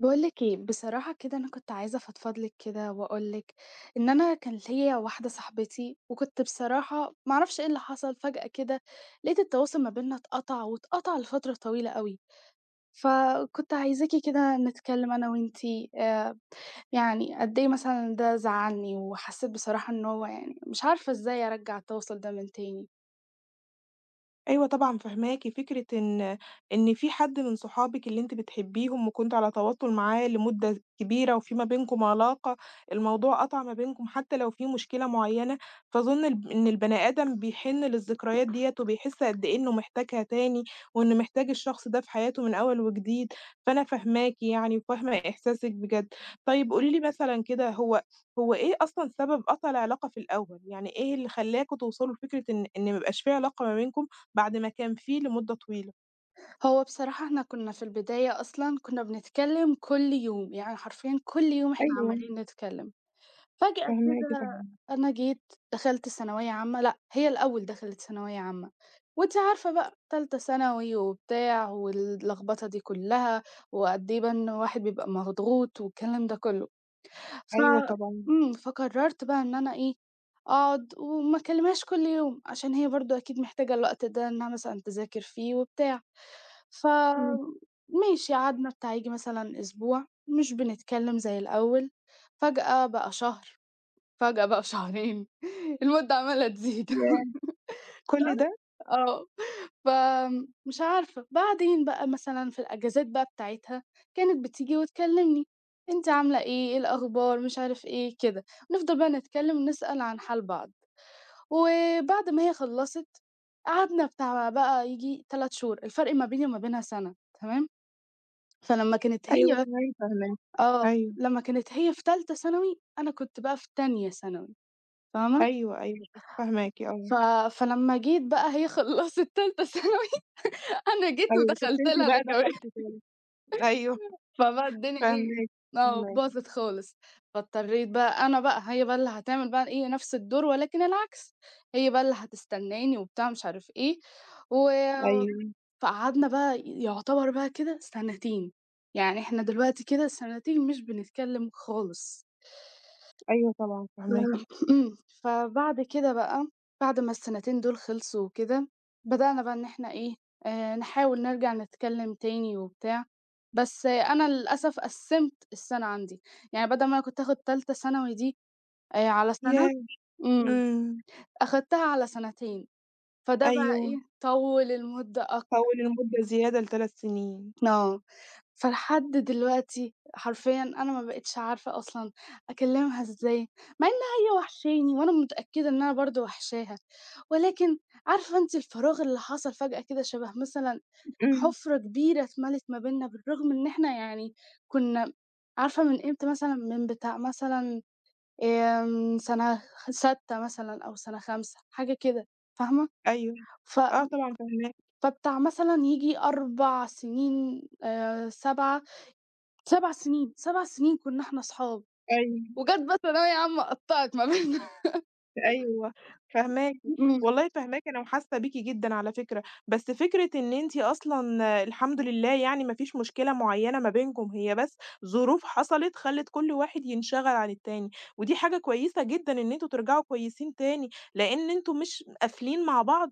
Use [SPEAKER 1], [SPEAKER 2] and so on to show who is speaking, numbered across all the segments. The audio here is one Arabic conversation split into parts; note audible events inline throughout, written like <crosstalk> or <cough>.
[SPEAKER 1] باقول لِك إيه، بصراحة كده أنا كنت عايزة أفضفض لِك كده وأقول لِك إن أنا كان ليّا واحدة صاحبتي، وكنت بصراحة ما أعرفش إيه اللي حصل فجأة كده، لقيت التواصل ما بيننا اتقطع واتقطع لفترة طويلة أوي، فكنت عايزاكِ كده نتكلم أنا وأنتِ، آآ، يعني قد إيه مثلًا ده زعّلني، وحسيت بصراحة إن هو يعني مش عارفة إزاي أرجّع التواصل ده من تاني.
[SPEAKER 2] أيوه طبعًا فاهماكِ، فكرة إن في حد من صحابِك اللي أنتِ بتحبيهم وكنتِ على تواصل معاه لمدة كبيرة وفي ما بينكم علاقة، الموضوع قطع ما بينكم حتى لو في مشكلة معيّنة، فأظن إن البني آدم بيحن للذكريات ديّة وبيحس قد إيه إنه محتاجها تاني، وإنه محتاج الشخص ده في حياته من أول وجديد، فأنا فاهماكِ يعني وفاهمة إحساسِك بجد. طيب قولي لي مثلًا كده هو إيه أصلًا سبب قطع العلاقة في الأول؟ يعني إيه اللي خلّاكم توصلوا لفكرة إن ما يبقاش في علاقة ما بينكم؟ بعد ما كان فيه لمدة طويلة.
[SPEAKER 1] هو بصراحة إحنا كنا في البداية أصلًا كنا بنتكلم كل يوم، يعني حرفيًا كل يوم إحنا
[SPEAKER 2] أيوه،
[SPEAKER 1] عمّالين نتكلم. فجأة
[SPEAKER 2] فاهماكِ
[SPEAKER 1] كده
[SPEAKER 2] طبعًا.
[SPEAKER 1] أنا جيت دخلت ثانوية عامة لأ، هي الأول دخلت ثانوية عامة، وأنتِ عارفة بقى تالتة ثانوي وبتاع واللخبطة دي كلّها، وقد إيه بقى إن الواحد بيبقى مضغوط والكلام ده كلّه، ف
[SPEAKER 2] أيوه طبعًا.
[SPEAKER 1] إمم، فقررت بقى إن أنا إيه، أقعد وما أكلمهاش كل يوم، عشان هي برضه أكيد محتاجة الوقت ده إنها مثلًا تذاكر فيه وبتاع. ف
[SPEAKER 2] إمم.
[SPEAKER 1] ماشي قعدنا بتاع ييجي مثلًا أسبوع مش بنتكلم زي الأول، فجأة بقى شهر. فجأة بقى شهرين <laughs> المدة عمّالة تزيد <laughs>
[SPEAKER 2] ياه! كل ده؟
[SPEAKER 1] آه، فمش عارفة. بعدين بقى مثلًا في الأجازات بقى بتاعتها كانت بتيجي وتكلمني، أنتِ عاملة إيه، إيه الأخبار، مش عارف إيه، كده. نفضل بقى نتكلم ونسأل عن حال بعض. وبعد ما هي خلّصت قعدنا بتاع بقى ييجي 3 شهور، الفرق ما بيني وما بينها سَنة، تمام؟ فلمّا كانت
[SPEAKER 2] أيوه
[SPEAKER 1] هي
[SPEAKER 2] تمام فاهماكِ.
[SPEAKER 1] آه،
[SPEAKER 2] أيوه،
[SPEAKER 1] لمّا كانت هي في تالتة ثانوي، أنا كنت بقى في تانية ثانوي، فاهمة؟
[SPEAKER 2] أيوه، أيوه، فاهماكِ
[SPEAKER 1] ف
[SPEAKER 2] آه.
[SPEAKER 1] فلمّا جيت بقى هي خلّصت تالتة <laughs> ثانوي، أنا جيت
[SPEAKER 2] أيوه، كنتِ
[SPEAKER 1] ودخلت لها
[SPEAKER 2] أنتِ
[SPEAKER 1] أنا
[SPEAKER 2] بقى
[SPEAKER 1] كمان.
[SPEAKER 2] دخلتِ تاني. أيوه،
[SPEAKER 1] فبقى الدنيا إيه،
[SPEAKER 2] فاهماكِ،
[SPEAKER 1] آه،
[SPEAKER 2] فاهماكِ.
[SPEAKER 1] باظت خالص. فاضطريت بقى أنا بقى هي بقى اللي هتعمل بقى إيه نفْس الدور ولكن العكس، هي بقى اللي هتستناني وبتاع مش عارف إيه، و
[SPEAKER 2] أيوه،
[SPEAKER 1] فقعدنا بقى يعتبر بقى كده سنتين، يعني إحنا دلوقتي كده سنتين مش بنتكلم خالص.
[SPEAKER 2] أيوه طبعًا فاهماكِ.
[SPEAKER 1] آه، إمم، فبعد كده بقى، بعد ما السنتين دول خلصوا وكده، بدأنا بقى إن إحنا إيه، نحاول نرجع نتكلم تاني وبتاع، بس آه، أنا للأسف قسّمت السَنة عندي، يعني بدل ما أنا كنت آخُد تالتة ثانوي دي على سَنة،
[SPEAKER 2] ياه!
[SPEAKER 1] إمم،
[SPEAKER 2] إمم،
[SPEAKER 1] أخدتها على سَنتين. فده بقى إيه،
[SPEAKER 2] أيوه.
[SPEAKER 1] طوّل المدة أك
[SPEAKER 2] فَوِّل المدة زيادة ل3 سنين.
[SPEAKER 1] آه. فلحد دلوقتي حرفيًا أنا ما بقيتش عارفة أصلًا أكلّمها إزاي، مع إنها هي وحشاني وأنا متأكدة إن أنا برضه وحشاها، ولكن عارفة أنتِ الفراغ اللي حصل فجأة كده شبه مثلًا
[SPEAKER 2] إمم.
[SPEAKER 1] حُفرة كبيرة اتملت ما بيننا، بالرغم إن إحنا يعني كنا عارفة من إمتى مثلًا، من بتاع مثلًا سنة سادسة مثلًا أو سنة خامسة حاجة كده فاهمة.
[SPEAKER 2] أيوه،
[SPEAKER 1] ف
[SPEAKER 2] آه طبعًا فاهماكِ.
[SPEAKER 1] فبتاع مثلًا ييجي 4 سنين، 7 سنين، 7 سنين كنا إحنا أصحاب،
[SPEAKER 2] أيوه.
[SPEAKER 1] وجات بقى ثانوية عامة قطّعت ما بيننا.
[SPEAKER 2] أيوه، فاهماكِ،
[SPEAKER 1] <laughs>
[SPEAKER 2] والله فاهماكِ أنا وحاسة بيكِ جدًا على فكرة، بس فكرة إن أنتِ أصلًا آه، الحمد لله يعني ما فيش مشكلة معيّنة ما بينكم، هي بس ظروف حصلت خلِّت كل واحد ينشغل عن التاني، ودي حاجة كويسة جدًا إن أنتم ترجعوا كويسين تاني، لإن أنتم مش قافلين مع بعض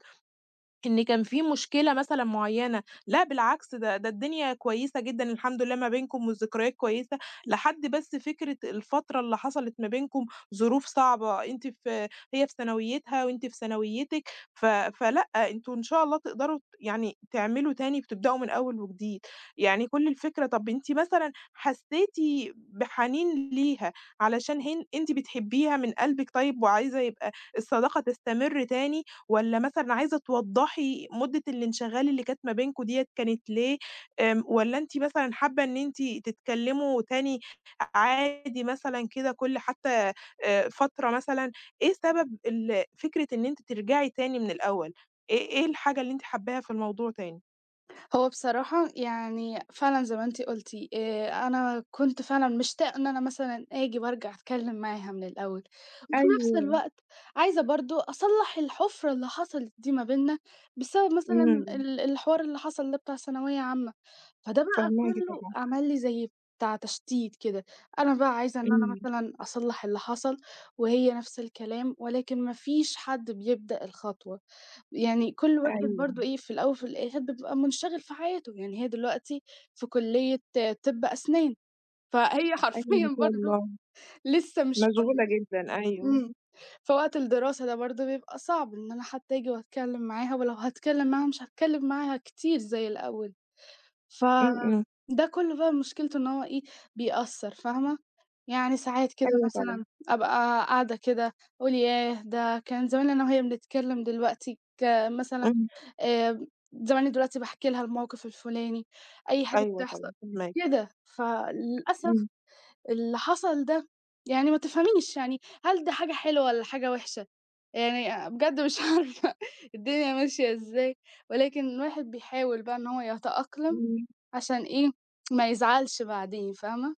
[SPEAKER 2] إن كان في مشكلة مثلًا معيّنة، لأ بالعكس ده الدنيا كويسة جدًا الحمد لله ما بينكم والذكريات كويسة، لحد بس فكرة الفترة اللي حصلت ما بينكم ظروف صعبة، أنتِ في هي في ثانويتها وأنتِ في ثانويتِك، ف فلأ أنتم إن شاء الله تقدروا يعني تعملوا تاني وتبدأوا من أول وجديد، يعني كل الفكرة طَب أنتِ مثلًا حسّيتِ بحنين ليها علشان أنتِ بتحبيها من قلبِك طيب وعايزة يبقى الصداقة تستمر تاني؟ والّا مثلًا عايزة توضّحي مدة الانشغال اللي كانت ما بينكم ديّة كانت ليه، والّا أنتِ مثلًا حابة إن أنتِ تتكلموا تاني عادي مثلًا كده كل حتى فترة مثلًا، إيه سبب فكرة إن أنتِ ترجعي تاني من الأول؟ إيه الحاجة اللي أنتِ حاباها في الموضوع تاني؟
[SPEAKER 1] هو بصراحة يعني فعلًا زي ما أنتِ قُلتِ، أنا كنت فعلًا مشتاقة إن أنا مثلًا آجي وأرجع أتكلّم معاها من الأول، وفي نفس
[SPEAKER 2] أيوه،
[SPEAKER 1] الوقت عايزة برضه أصلّح الحُفرة اللي حصلت دي ما بيننا، بسبب مثلًا
[SPEAKER 2] إمم،
[SPEAKER 1] الحوار اللي حصل ده بتاع ثانوية عامة. فده بقى
[SPEAKER 2] فاهماكِ
[SPEAKER 1] كلّه
[SPEAKER 2] طبعًا،
[SPEAKER 1] عمل لي زي بتاع تشتيت كده، أنا بقى عايزة إن
[SPEAKER 2] إمم،
[SPEAKER 1] أنا
[SPEAKER 2] إمم.
[SPEAKER 1] مثلًا أصلّح اللي حصل، وهي نفس الكلام، ولكن ما فيش حد بيبدأ الخطوة. يعني كل واحد
[SPEAKER 2] أيوه،
[SPEAKER 1] برضه إيه، في الأول وفي الآخر بيبقى منشغِل في حياته، يعني هي دلوقتي في كُلّية طِب أسنان، فهي <laughs>
[SPEAKER 2] أيوه إن
[SPEAKER 1] حرفيًا
[SPEAKER 2] شاء
[SPEAKER 1] برضه
[SPEAKER 2] الله،
[SPEAKER 1] لسه مش
[SPEAKER 2] مشغولة
[SPEAKER 1] فاضية.
[SPEAKER 2] جدًا، أيوه،
[SPEAKER 1] إمم، فوقت الدراسة ده برضه بيبقى صعب إن أنا حتى آجي وأتكلّم معاها، ولو هاتكلّم معاها مش هاتكلّم معاها كتير زي الأول.
[SPEAKER 2] إمم، إمم.
[SPEAKER 1] فده كلّه بقى مشكلته إن هو إيه، بيأثّر فاهمة؟ يعني ساعات كده
[SPEAKER 2] أيوه
[SPEAKER 1] مثلًا
[SPEAKER 2] طبعًا.
[SPEAKER 1] أبقى قاعدة كده أقول ياه! ده كان زمان أنا وهي بنتكلّم دلوقتي ك مثلًا
[SPEAKER 2] إمم،
[SPEAKER 1] آآ، زماني دلوقتي باحكي لها الموقف الفلاني، أي حاجة
[SPEAKER 2] أيوه
[SPEAKER 1] بتحصل
[SPEAKER 2] طبعًا، فاهماكِ.
[SPEAKER 1] كده. فللأسف
[SPEAKER 2] إمم،
[SPEAKER 1] اللي حصل ده، يعني ما تفهميش يعني هل ده حاجة حلوة والّا حاجة وحشة؟ يعني بجد مش <laughs> عارفة الدنيا ماشية إزاي، ولكن الواحد بيحاول بقى إن هو يتأقلم
[SPEAKER 2] إمم.
[SPEAKER 1] عشان إيه، ما يزعلش بعدين فاهمة؟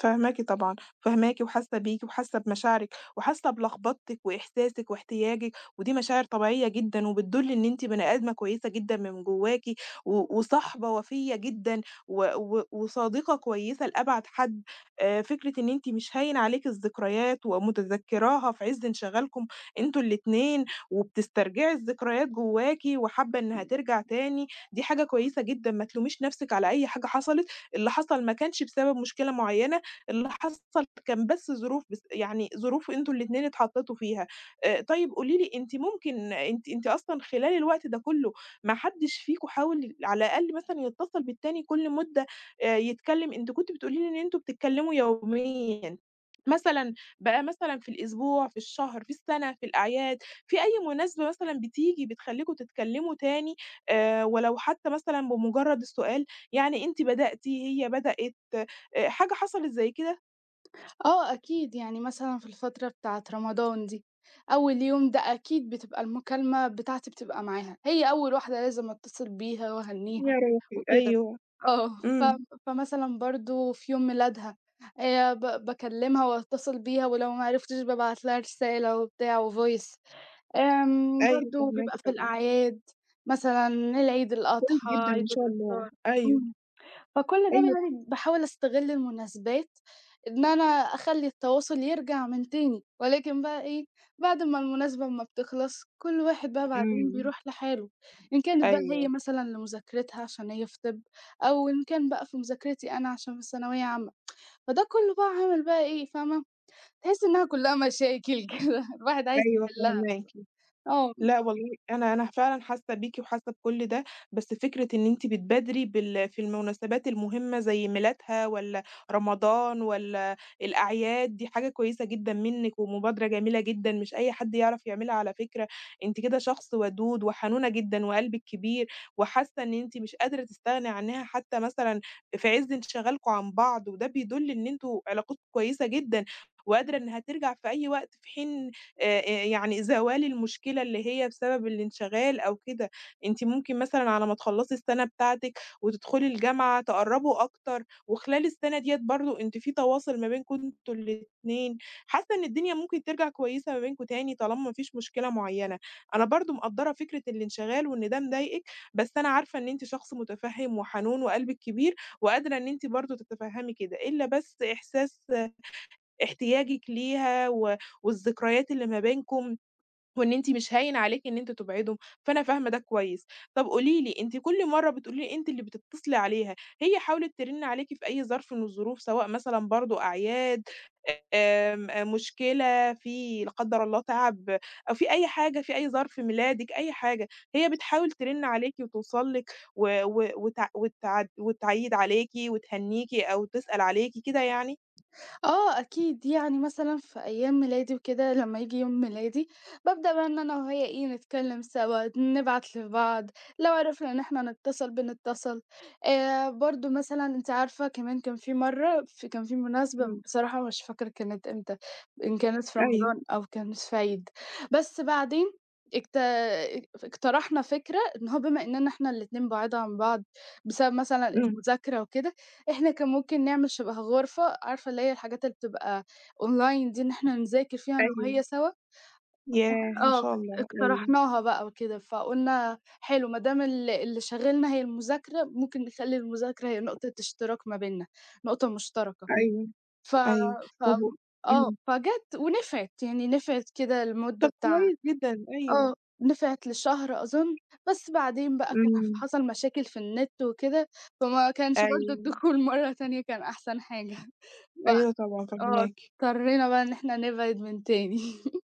[SPEAKER 2] فاهماكِ طبعًا، فاهماكِ وحاسة بيكِ وحاسة بمشاعرِك وحاسة بلخبطتِك وإحساسِك واحتياجِك، ودي مشاعر طبيعية جدًا وبتدُل إن أنتِ بني آدمة كويسة جدًا من جواكِ و وصاحبة وفيّة جدًا و و وصديقة كويسة لأبعد حد. فكرة إن أنتِ مش هاين عليكِ الذكريات ومتذكراها في عِز انشغالكم أنتم الاتنين وبتسترجعي الذكريات جواكِ وحابة إنها ترجع تاني، دي حاجة كويسة جدًا، ما تلوميش نَفْسِك على أي حاجة حصلت، اللي حصل ما كانش بسبب مشكلة معيّنة اللي حصل كان بس ظروف بس يعني ظروف أنتم الاتنين اتحطيتوا فيها. طيب قولي لي أنتِ ممكن أنتِ أصلًا خلال الوقت ده كله ما حدش فيكم حاول على الأقل مثلًا يتصل بالتاني كل مدة يتكلم؟ أنتِ كنتِ بتقولي لي إن أنتم بتتكلموا يوميًا، مثلًا بقى مثلًا في الأسبوع، في الشهر، في السنة، في الأعياد، في أي مناسبة مثلًا بتيجي بتخلّيكم تتكلموا تاني ولو حتى مثلًا بمجرد السؤال، يعني أنتِ بدأتِ هي بدأت، حاجة حصلت زي كده؟
[SPEAKER 1] آه أكيد، يعني مثلًا في الفترة بتاعة رمضان دي، أول يوم ده أكيد بتبقى المكالمة بتاعتي بتبقى معاها، هي أول واحدة لازم أتصل بيها وأهنّيها
[SPEAKER 2] يا روحي
[SPEAKER 1] وكده.
[SPEAKER 2] أيوه،
[SPEAKER 1] آه، ف
[SPEAKER 2] إمم،
[SPEAKER 1] فمثلًا برضه في يوم ميلادها، ب باكلمها وأتصل بيها ولو ما عرفتش بابعت لها رسالة وبتاع وvoice.
[SPEAKER 2] أيوه
[SPEAKER 1] برضه
[SPEAKER 2] فاهماكِ
[SPEAKER 1] بيبقى في
[SPEAKER 2] طبعًا،
[SPEAKER 1] الأعياد مثلًا العيد
[SPEAKER 2] كويس
[SPEAKER 1] الأضحى،
[SPEAKER 2] جدًا
[SPEAKER 1] عيد
[SPEAKER 2] ما شاء الله،
[SPEAKER 1] الفطر.
[SPEAKER 2] أيوه،
[SPEAKER 1] إمم. فكل ده
[SPEAKER 2] أيوه،
[SPEAKER 1] يعني باحاول أستغل المناسبات إن أنا أخلّي التواصل يرجع من تاني، ولكن بقى إيه، بعد ما المناسبة أمّا بتخلص كل واحد بقى بعدين
[SPEAKER 2] إمم،
[SPEAKER 1] بيروح لحاله، إن كانت بقى هي
[SPEAKER 2] أيوه،
[SPEAKER 1] مثلًا لمذاكرتها عشان هي في طِب، أو إن كان بقى في مذاكرتي أنا عشان في ثانوية عامة، فده كله بقى عامل بقى إيه، فاهمة، تحسّي إنها كلّها مشاكل <laughs> كده الواحد عايز
[SPEAKER 2] أيوه
[SPEAKER 1] يحلّها.
[SPEAKER 2] فاهماكِ.
[SPEAKER 1] آه.
[SPEAKER 2] لأ والله أنا أنا فعلًا حاسة بيكِ وحاسة بكل ده، بس فكرة إن أنتِ بتبادري بال في المناسبات المهمة زي ميلادها والّا رمضان والّا الأعياد، دي حاجة كويسة جدًا منِّك ومبادرة جميلة جدًا، مش أي حد يعرف يعملها على فكرة، أنتِ كده شخص ودود وحنونة جدًا وقلبِك كبير، وحاسة إن أنتِ مش قادرة تستغني عنها حتى مثلًا في عز انشغالكم عن بعض، وده بيدل إن أنتم علاقتكم كويسة جدًا، وقادرة إنها ترجع في أي وقت، في حين يعني زوال المشكلة اللي هي بسبب الانشغال أو كده، أنتِ ممكن مثلًا على ما تخلّصي السنة بتاعتِك وتدخلي الجامعة تقرّبوا أكتر، وخلال السنة ديّة برضه أنتِ في تواصل ما بينكم أنتم الاتنين، حاسة إن الدنيا ممكن ترجع كويسة ما بينكم تاني طالما ما فيش مشكلة معيّنة. أنا برضه مقدّرة فكرة الانشغال وإن ده مضايقِك، بس أنا عارفة إن أنتِ شخص متفهِّم وحنون وقلبِك كبير، وقادرة إن أنتِ برضه تتفهمي كده، إلا بس إحساس احتياجِك ليها والذكريات اللي ما بينكم، وإن أنتِ مش هاين عليكِ إن أنتِ تبعدهم، فأنا فاهمة ده كويس. طَب قولي لي، أنتِ كل مرّة بتقولي لي أنتِ اللي بتتصلي عليها، هي حاولت ترِن عليكِ في أي ظرف من الظروف، سواء مثلًا برضه أعياد، آمم، مشكلة في- لا قدّر الله- تعب أو في أي حاجة، في أي ظرف، ميلادِك، أي حاجة، هي بتحاول ترِن عليكِ وتوصل لِك و و وتع وتعد وتعيّد عليكِ وتهنّيكِ أو تسأل عليكِ كده يعني؟
[SPEAKER 1] آه أكيد، يعني مثلًا في أيام ميلادي وكده لمّا ييجي يوم ميلادي، بابدأ بقى إن أنا وهي إيه، نتكلّم سوا، نبعت لبعض، لو عرفنا إن إحنا نتصل بنتصل. برضه مثلًا أنتِ عارفة كمان كان في مرّة كان في مناسبة
[SPEAKER 2] إمم،
[SPEAKER 1] بصراحة مش فاكرة كانت إمتى، إن كانت في
[SPEAKER 2] أيوه،
[SPEAKER 1] رمضان أو كانت في عيد، بس بعدين اكت اقترحنا فكرة إن هو بما إننا إحنا الاتنين بُعاد عن بعض بسبب مثلًا
[SPEAKER 2] إمم.
[SPEAKER 1] المذاكرة وكده، إحنا كان ممكن نعمل شبه غرفة، عارفة اللي هي الحاجات اللي بتبقى أونلاين دي، إن إحنا نذاكر فيها أنا
[SPEAKER 2] أيوه،
[SPEAKER 1] وهي سوا.
[SPEAKER 2] ياه! ما
[SPEAKER 1] آه،
[SPEAKER 2] شاء الله، أيوه،
[SPEAKER 1] اقترحناها بقى وكده، فقُلنا حلو ما دام اللي شاغلنا هي المذاكرة، ممكن نخلّي المذاكرة هي نقطة اشتراك ما بيننا، نقطة مشتركة.
[SPEAKER 2] أيوه،
[SPEAKER 1] ف
[SPEAKER 2] أيوه،
[SPEAKER 1] ف
[SPEAKER 2] طب و
[SPEAKER 1] آه،
[SPEAKER 2] إمم،
[SPEAKER 1] فجات ونفعت، يعني نفعت كده المدة
[SPEAKER 2] طب
[SPEAKER 1] بتاع.
[SPEAKER 2] كويس جدًا، أيوه،
[SPEAKER 1] آه، نفعت لشهر أظن، بس بعدين بقى كان ح
[SPEAKER 2] إمم،
[SPEAKER 1] حصل مشاكل في النت وكده، فما كانش برضه
[SPEAKER 2] أيوه،
[SPEAKER 1] الدخول مرة تانية كان أحسن حاجة <laughs> ف
[SPEAKER 2] أيوه طبعًا
[SPEAKER 1] آه،
[SPEAKER 2] فاهماكِ.
[SPEAKER 1] اضطرينا بقى إن إحنا نبعد من تاني. <laughs>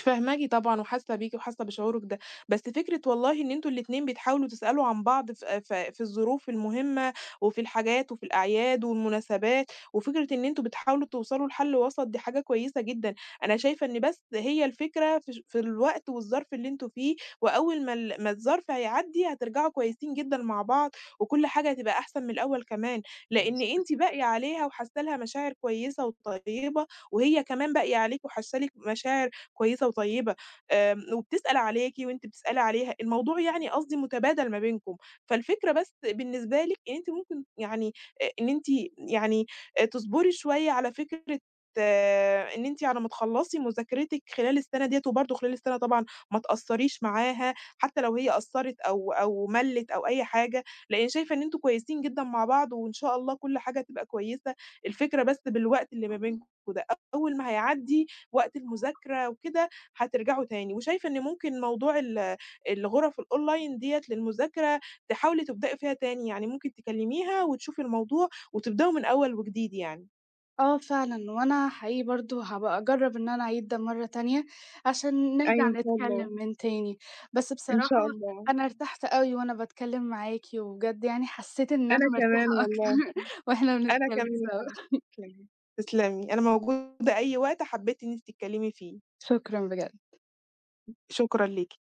[SPEAKER 2] فاهماكِ طبعًا وحاسة بيكِ وحاسة بشعورِك ده، بس فكرة والله إن أنتم الاتنين بتحاولوا تسألوا عن بعض ف ف في الظروف المهمة وفي الحاجات وفي الأعياد والمناسبات، وفكرة إن أنتم بتحاولوا توصلوا لحل وسط دي حاجة كويسة جدًا، أنا شايفة إن بس هي الفكرة في الوقت والظرف اللي أنتم فيه، وأول ما ال ما الظرف هيعدّي هترجعوا كويسين جدًا مع بعض، وكل حاجة هتبقى أحسن من الأول كمان، لإن أنتِ باقية عليها وحاسة لها مشاعر كويسة وطيبة، وهي كمان باقية عليكِ وحاسة لِك مشاعر كويسة وطيبة، وبتسأل عليكِ وأنتِ بتسألي عليها، الموضوع يعني قصدي متبادل ما بينكم، فالفكرة بس بالنسبة لِك إن أنتِ ممكن يعني إن أنتِ يعني تصبري شوية على فكرة آه، إن أنتِ على ما تخلّصي مذاكرتِك خلال السنة ديّة، وبرضه خلال السنة طبعًا ما تأثّريش معاها حتى لو هي قصّرت أو مَلِّت أو أي حاجة، لإن شايفة إن أنتم كويسين جدًا مع بعض وإن شاء الله كل حاجة هتبقى كويسة، الفكرة بس بالوقت اللي ما بينكم ده، أول ما هيعدّي وقت المذاكرة وكده هترجعوا تاني، وشايفة إن ممكن موضوع الغرف الأونلاين ديّة للمذاكرة تحاولي تبدئي فيها تاني، يعني ممكن تكلميها وتشوفي الموضوع وتبدأوا من أول وجديد يعني.
[SPEAKER 1] آه فعلًا، وأنا حقيقي برضه هابقى أجرّب إن أنا أعيد ده مرّة تانية، عشان نرجع
[SPEAKER 2] أيوه إن شاء
[SPEAKER 1] نتكلّم
[SPEAKER 2] الله،
[SPEAKER 1] من تاني. بس
[SPEAKER 2] إن
[SPEAKER 1] بصراحة
[SPEAKER 2] شاء الله،
[SPEAKER 1] أنا ارتحت أوي وأنا باتكلّم معاكِ، وبجد يعني حسّيت إن أنا
[SPEAKER 2] أنا كمان
[SPEAKER 1] مرتاحة أكتر
[SPEAKER 2] والله،
[SPEAKER 1] <laughs> وإحنا
[SPEAKER 2] أنا
[SPEAKER 1] بنتكلّم
[SPEAKER 2] كمان يا حبيبتي،
[SPEAKER 1] سوا.
[SPEAKER 2] تسلمي. تسلمي، أنا موجودة أي وقت حبيتِ إن أنتِ تتكلمي فيه،
[SPEAKER 1] شكرًا بجد.
[SPEAKER 2] شكرًا ليكِ.